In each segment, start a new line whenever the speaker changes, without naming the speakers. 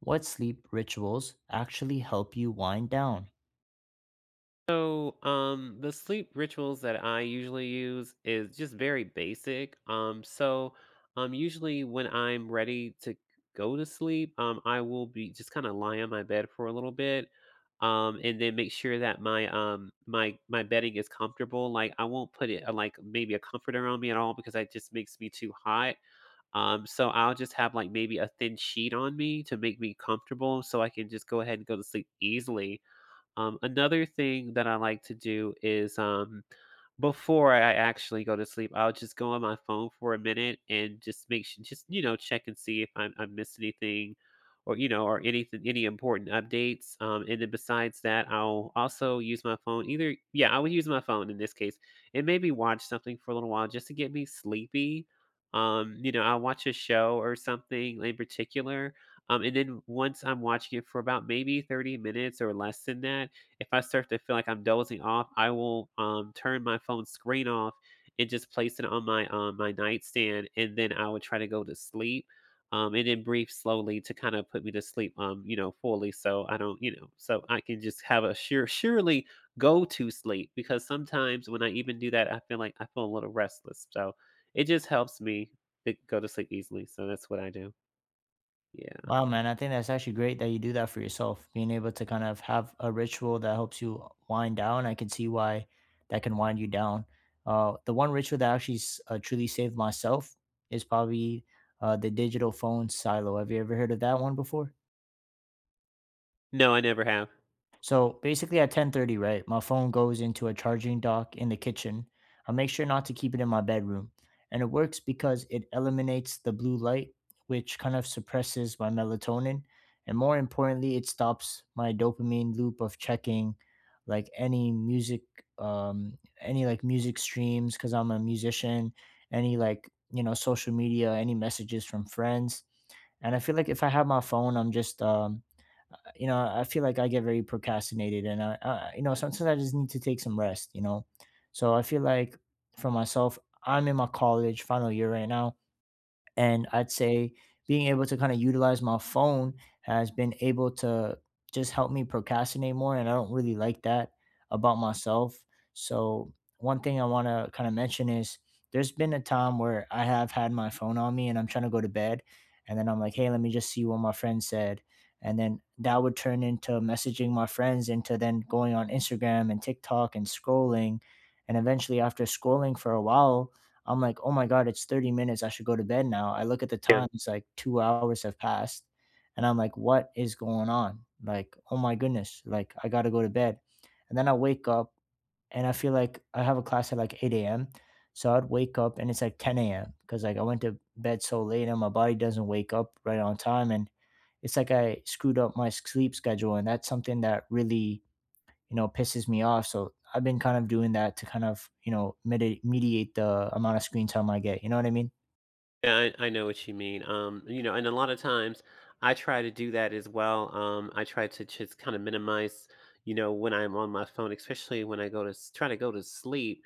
What sleep rituals actually help you wind down?
The sleep rituals that I usually use is just very basic. Usually when I'm ready to go to sleep, I will be just kind of lie on my bed for a little bit, and then make sure that my bedding is comfortable. Like I won't put it like maybe a comforter on me at all because that just makes me too hot. So I'll just have like maybe a thin sheet on me to make me comfortable so I can just go ahead and go to sleep easily. Another thing that I like to do is, before I actually go to sleep, I'll just go on my phone for a minute and just make sure, just you know, check and see if I missed anything, or you know, or anything, any important updates. And then besides that, I'll also use my phone. Either, yeah, I would use my phone in this case, and maybe watch something for a little while just to get me sleepy. You know, I'll watch a show or something in particular. And then once I'm watching it for about maybe 30 minutes or less than that, if I start to feel like I'm dozing off, I will turn my phone screen off and just place it on my nightstand, and then I would try to go to sleep, and then breathe slowly to kind of put me to sleep, you know, fully, so I don't, you know, so I can just have a surely go to sleep, because sometimes when I even do that, I feel like I feel a little restless, so it just helps me to go to sleep easily. So that's what I do. Yeah.
Wow, man, I think that's actually great that you do that for yourself. Being able to kind of have a ritual that helps you wind down, I can see why that can wind you down. The one ritual that actually truly saved myself is probably the digital phone silo. Have you ever heard of that one before?
No, I never have.
So basically at 10:30, right, my phone goes into a charging dock in the kitchen. I make sure not to keep it in my bedroom. And it works because it eliminates the blue light, which kind of suppresses my melatonin. And more importantly, it stops my dopamine loop of checking like any music, any like music streams, because I'm a musician, any like, you know, social media, any messages from friends. And I feel like if I have my phone, I'm just you know, I feel like I get very procrastinated, and I you know, sometimes I just need to take some rest. You know, so I feel like for myself, I'm in my college final year right now. And I'd say being able to kind of utilize my phone has been able to just help me procrastinate more. And I don't really like that about myself. So, one thing I want to kind of mention is there's been a time where I have had my phone on me and I'm trying to go to bed. And then I'm like, hey, let me just see what my friend said. And then that would turn into messaging my friends, into then going on Instagram and TikTok and scrolling. And eventually, after scrolling for a while, I'm like, "Oh my god, it's 30 minutes, I should go to bed now." I look at the
Yeah.
time, it's like 2 hours have passed, and I'm like, "What is going on?" Like, "Oh my goodness, like, I gotta go to bed." And then I wake up and I feel like I have a class at like 8 a.m., so I'd wake up and it's like 10 a.m. because like, I went to bed so late and my body doesn't wake up right on time, and it's like I screwed up my sleep schedule, and that's something that really you know pisses me off. So I've been kind of doing that to kind of you know mediate the amount of screen time I get. You know what I mean?
Yeah. I know what you mean. You know, and a lot of times I try to do that as well. I try to just kind of minimize, you know, when I'm on my phone, especially when I go to try to go to sleep.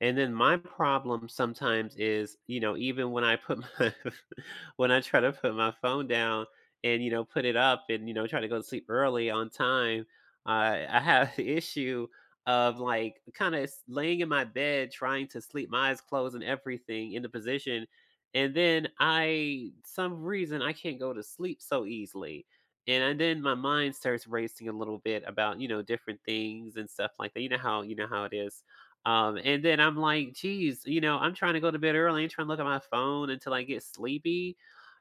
And then my problem sometimes is, you know, even when I put my when I try to put my phone down and you know put it up and you know try to go to sleep early on time, I have the issue of like kind of laying in my bed trying to sleep, my eyes closed and everything in the position, and then I some reason I can't go to sleep so easily. And then my mind starts racing a little bit about, you know, different things and stuff like that. You know how it is. And then I'm like, geez, you know, I'm trying to go to bed early and trying to look at my phone until I get sleepy.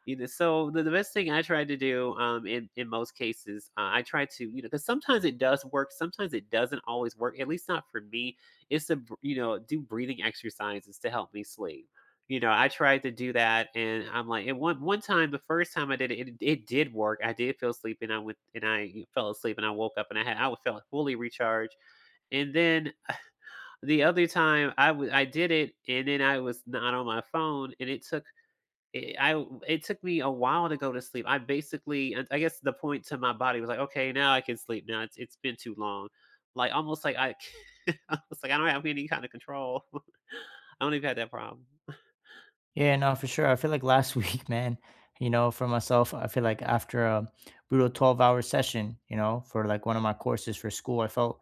You know, so the best thing I try to do in most cases, I try to you know because sometimes it does work, sometimes it doesn't always work. At least not for me. It's to you know do breathing exercises to help me sleep. You know, I tried to do that, and I'm like and one time, the first time I did it, it did work. I did feel sleepy, and I went and I fell asleep, and I woke up, and I felt fully recharged. And then the other time, I did it, and then I was not on my phone, and it took it I w it took me a while to go to sleep. I basically I guess the point to my body was like, "Okay, now I can sleep now. It's been too long." Like, almost like I almost like I don't have any kind of control. I don't even have that problem.
Yeah, no, for sure. I feel like last week, man. You know, for myself, I feel like after a brutal 12-hour session, you know, for like one of my courses for school, I felt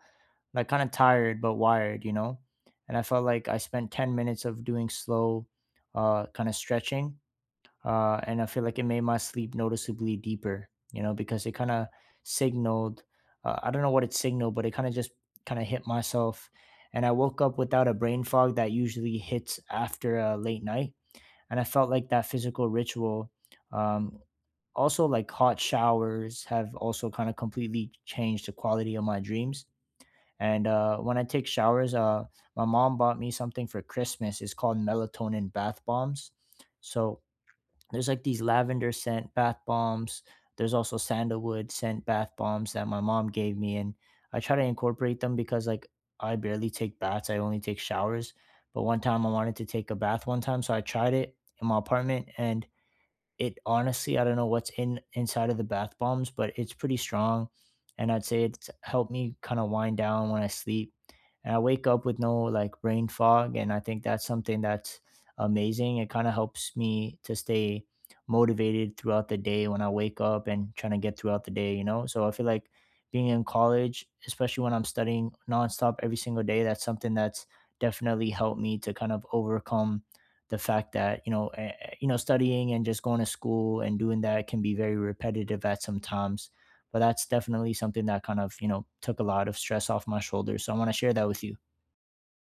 like kind of tired but wired. You know, and I felt like I spent 10 minutes of doing slow, kind of stretching and I feel like it made my sleep noticeably deeper. You know, because it kind of signaled. I don't know what it signaled, but it kind of just kind of hit myself, and I woke up without a brain fog that usually hits after a late night, and I felt like that physical ritual. Um, Also, like hot showers have also kind of completely changed the quality of my dreams. And when I take showers, my mom bought me something for Christmas. It's called melatonin bath bombs. So there's like these lavender scent bath bombs. There's also sandalwood scent bath bombs that my mom gave me, and I try to incorporate them because like I barely take baths. I only take showers. But one time I wanted to take a bath one time, so I tried it in my apartment, and it honestly, I don't know what's in inside of the bath bombs, but it's pretty strong. And I'd say it's helped me kind of wind down when I sleep. And I wake up with no like brain fog. And I think that's something that's amazing. It kind of helps me to stay motivated throughout the day when I wake up and trying to get throughout the day, you know? So I feel like being in college, especially when I'm studying nonstop every single day, that's something that's definitely helped me to kind of overcome the fact that you know you know studying and just going to school and doing that can be very repetitive at some times but that's definitely something that kind of you know took a lot of stress off my shoulders, so I want to share that with you.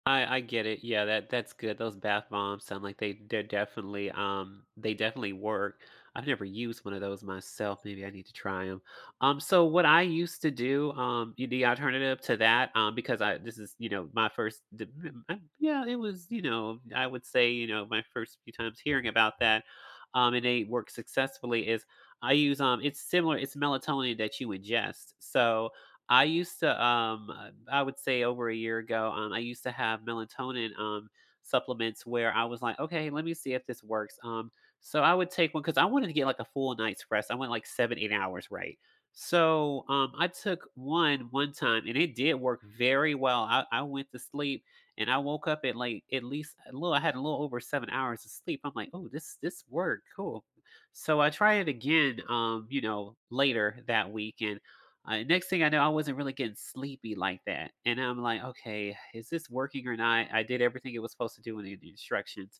I get it. Yeah, that that's good. Those bath bombs sound like they definitely they definitely work. I've never used one of those myself. Maybe I need to try them. So what I used to do, the alternative to that, because I this is you know my first, yeah, it was you know I would say you know my first few times hearing about that, and they work successfully is I use it's similar it's melatonin that you ingest. So I used to, I would say over a year ago, I used to have melatonin supplements where I was like, okay, let me see if this works. So I would take one because I wanted to get like a full night's rest. I went like seven, 8 hours, right? So I took one time and it did work very well. I went to sleep and I woke up at like at least a little. I had a little over 7 hours of sleep. I'm like, oh, this worked, cool. So I tried it again, you know, later that week, and next thing I know, I wasn't really getting sleepy like that. And I'm like, okay, is this working or not? I did everything it was supposed to do in the instructions.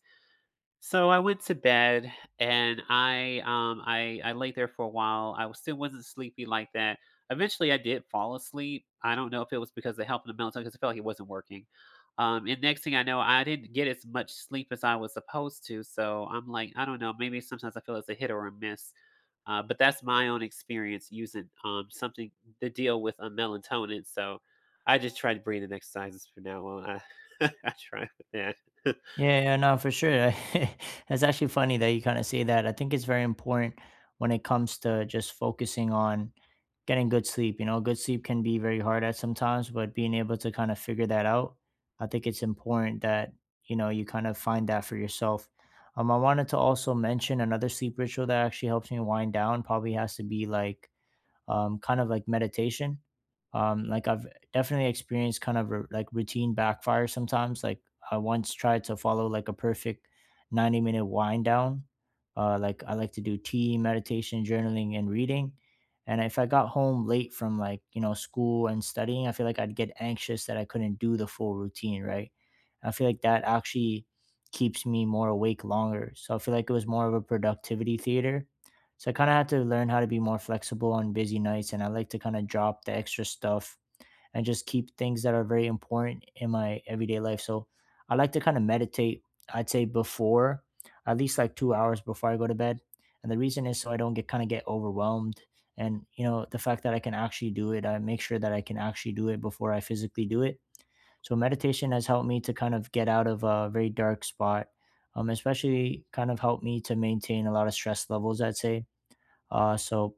So I went to bed and I lay there for a while. Still wasn't sleepy like that. Eventually I did fall asleep. I don't know if it was because of helping the melatonin because I felt like it wasn't working. And next thing I know I didn't get as much sleep as I was supposed to. So I'm like, I don't know, maybe sometimes I feel it's a hit or a miss. But that's my own experience using something to deal with a melatonin. So I just tried breathing exercises from now on. I I tried with that.
Yeah, yeah, no, for sure. That's actually funny that you kind of say that. I think it's very important when it comes to just focusing on getting good sleep. You know, good sleep can be very hard at sometimes, but being able to kind of figure that out, I think it's important that, you know, you kind of find that for yourself. I wanted to also mention another sleep ritual that actually helps me wind down probably has to be like kind of like meditation. Like I've definitely experienced kind of r like routine backfire sometimes. Like I once tried to follow like a perfect 90-minute wind down. Like I like to do tea, meditation, journaling, and reading. And if I got home late from like, you know, school and studying, I feel like I'd get anxious that I couldn't do the full routine, right? I feel like that actually keeps me more awake longer. So I feel like it was more of a productivity theater, so I kind of had to learn how to be more flexible on busy nights, and I like to kind of drop the extra stuff and just keep things that are very important in my everyday life. So I like to kind of meditate, I'd say before, at least like 2 hours before I go to bed. And the reason is so I don't get kind of get overwhelmed. And you know, the fact that I can actually do it, I make sure that I can actually do it before I physically do it. So meditation has helped me to kind of get out of a very dark spot. Especially kind of helped me to maintain a lot of stress levels, I'd say so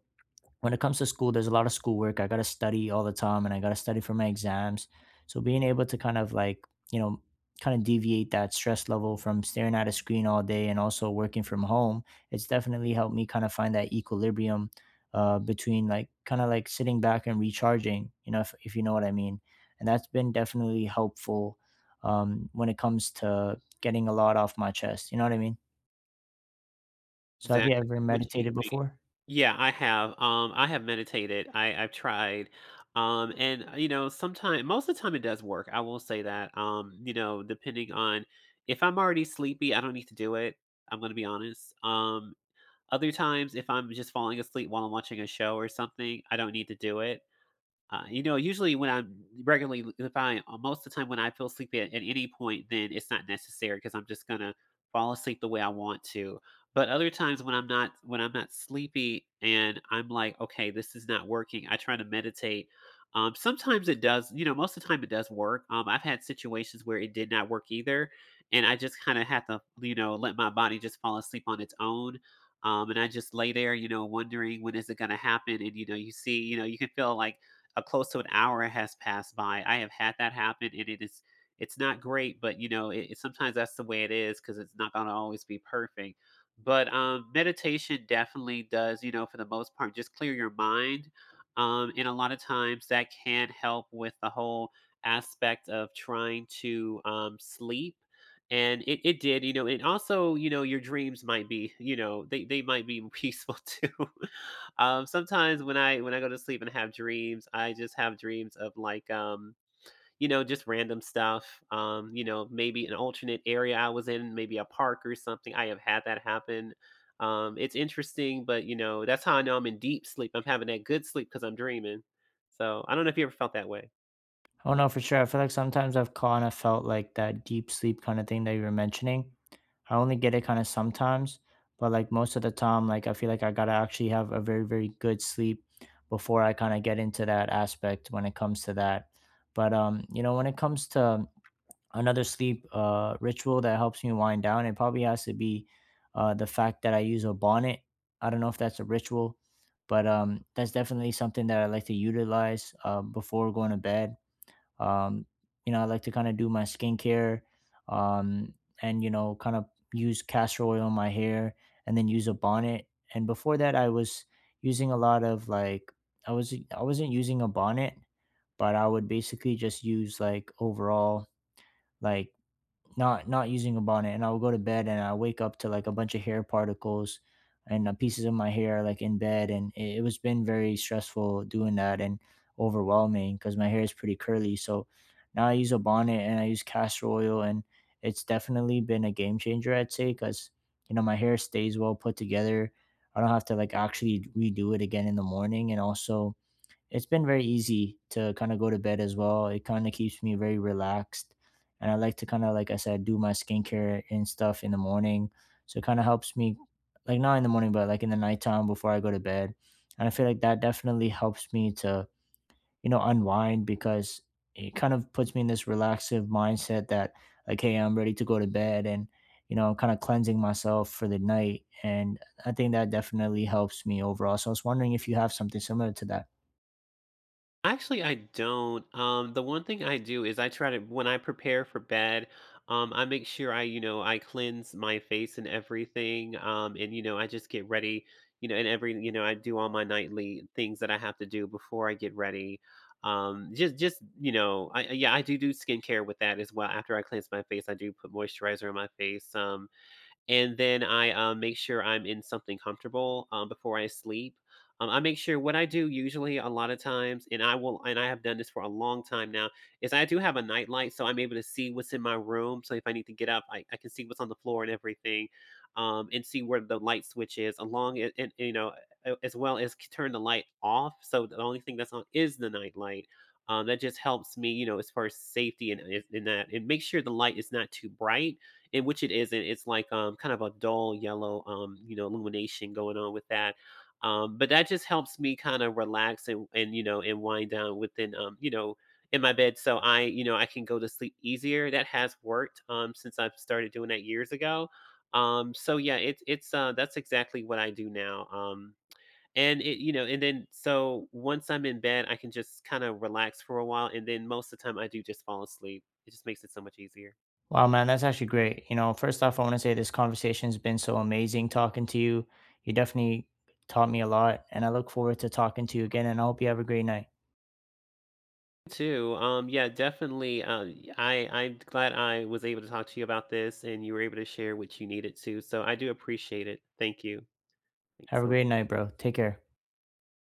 when it comes to school, there's a lot of schoolwork. I gotta study all the time, and I gotta study for my exams. So being able to kind of like you know kind of deviate that stress level from staring at a screen all day and also working from home, it's definitely helped me kind of find that equilibrium between like kind of like sitting back and recharging. You know, if you know what I mean, and that's been definitely helpful when it comes to getting a lot off my chest. You know what I mean? So have you
Exactly
ever
what you
meditated
mean.
before?
Yeah, I have meditated, I've tried, you know, sometimes most of the time it does work, I will say that, you know, depending on if I'm already sleepy, I don't need to do it, I'm gonna be honest, other times, if I'm just falling asleep while I'm watching a show or something, I don't need to do it. You know, usually when I'm regularly, if I most of the time when I feel sleepy at any point, then it's not necessary because I'm just gonna fall asleep the way I want to. But other times when I'm not sleepy and I'm like, okay, this is not working. I try to meditate. Sometimes it does. You know, most of the time it does work. I've had situations where it did not work either, and I just kind of had to, you know, let my body just fall asleep on its own. And I just lay there, you know, wondering when is it going to happen. And you know, you see, you know, you can feel like a close to an hour has passed by. I have had that happen, and it is it's not great, but you know, sometimes that's the way it is because it's not going to always be perfect. But meditation definitely does, you know, for the most part, just clear your mind. And a lot of times that can help with the whole aspect of trying to sleep. And it did, you know, and also, you know, your dreams might be, you know, they might be peaceful too. Sometimes when I go to sleep and have dreams, I just have dreams of like you know, just random stuff. You know, maybe an alternate area I was in, maybe a park or something. I have had that happen. It's interesting, but you know, that's how I know I'm in deep sleep. I'm having that good sleep because I'm dreaming. So I don't know if you ever felt that way.
I don't know for sure. I feel like sometimes I've kind of felt like that deep sleep kind of thing that you were mentioning. I only get it kind of sometimes, but like most of the time, like I feel like I gotta actually have a very, very good sleep before I kind of get into that aspect when it comes to that. But you know, when it comes to another sleep ritual that helps me wind down, it probably has to be the fact that I use a bonnet. I don't know if that's a ritual, but that's definitely something that I like to utilize before going to bed um, you know, I like to kind of do my skincare, um, and you know, kind of use castor oil on my hair, and then use a bonnet. And before that, I was using a lot of like I wasn't using a bonnet, but I would basically just use like overall like not using a bonnet, and I'll go to bed and I wake up to like a bunch of hair particles and pieces of my hair like in bed, and it was been very stressful doing that and overwhelming because my hair is pretty curly, so now I use a bonnet and I use castor oil, and it's definitely been a game changer, I'd say, because you know my hair stays well put together. I don't have to like actually redo it again in the morning, and also it's been very easy to kind of go to bed as well. It kind of keeps me very relaxed. And I like to kind of, like I said, do my skincare and stuff in the morning. So it kind of helps me, like not in the morning, but like in the nighttime before I go to bed. And I feel like that definitely helps me to, you know, unwind because it kind of puts me in this relaxive mindset that, like, hey, I'm ready to go to bed and, you know, I'm kind of cleansing myself for the night. And I think that definitely helps me overall. So I was wondering if you have something similar to that.
Actually, I don't. The one thing I do is I try to when I prepare for bed, I make sure I, you know, I cleanse my face and everything. And you know, I just get ready, you know, and every, you know, I do all my nightly things that I have to do before I get ready. You know, yeah, I do do skincare with that as well. After I cleanse my face, I do put moisturizer on my face. And then I make sure I'm in something comfortable before I sleep. I make sure what I do usually a lot of times, and I will, and I have done this for a long time now, is I do have a nightlight, so I'm able to see what's in my room. So if I need to get up, I can see what's on the floor and everything, and see where the light switch is along it, and you know, as well as turn the light off. So the only thing that's on is the nightlight. That just helps me, you know, as far as safety and in that, and make sure the light is not too bright, in which it isn't. It's like kind of a dull yellow you know illumination going on with that. But that just helps me kind of relax and you know and wind down within you know in my bed, so I you know I can go to sleep easier. That has worked since I've started doing that years ago. So yeah, it's that's exactly what I do now. And it you know and then so once I'm in bed I can just kind of relax for a while, and then most of the time I do just fall asleep. It just makes it so much easier
Wow, man, that's actually great. You know, first off, I want to say this conversation's been so amazing talking to you. You definitely taught me a lot, and I look forward to talking to you again. And I hope you have a great night.
too. Yeah, definitely. I'm glad I was able to talk to you about this, and you were able to share what you needed to. So I do appreciate it. Thank you. Thanks
Have a
so
great
much.
night, bro. Take care.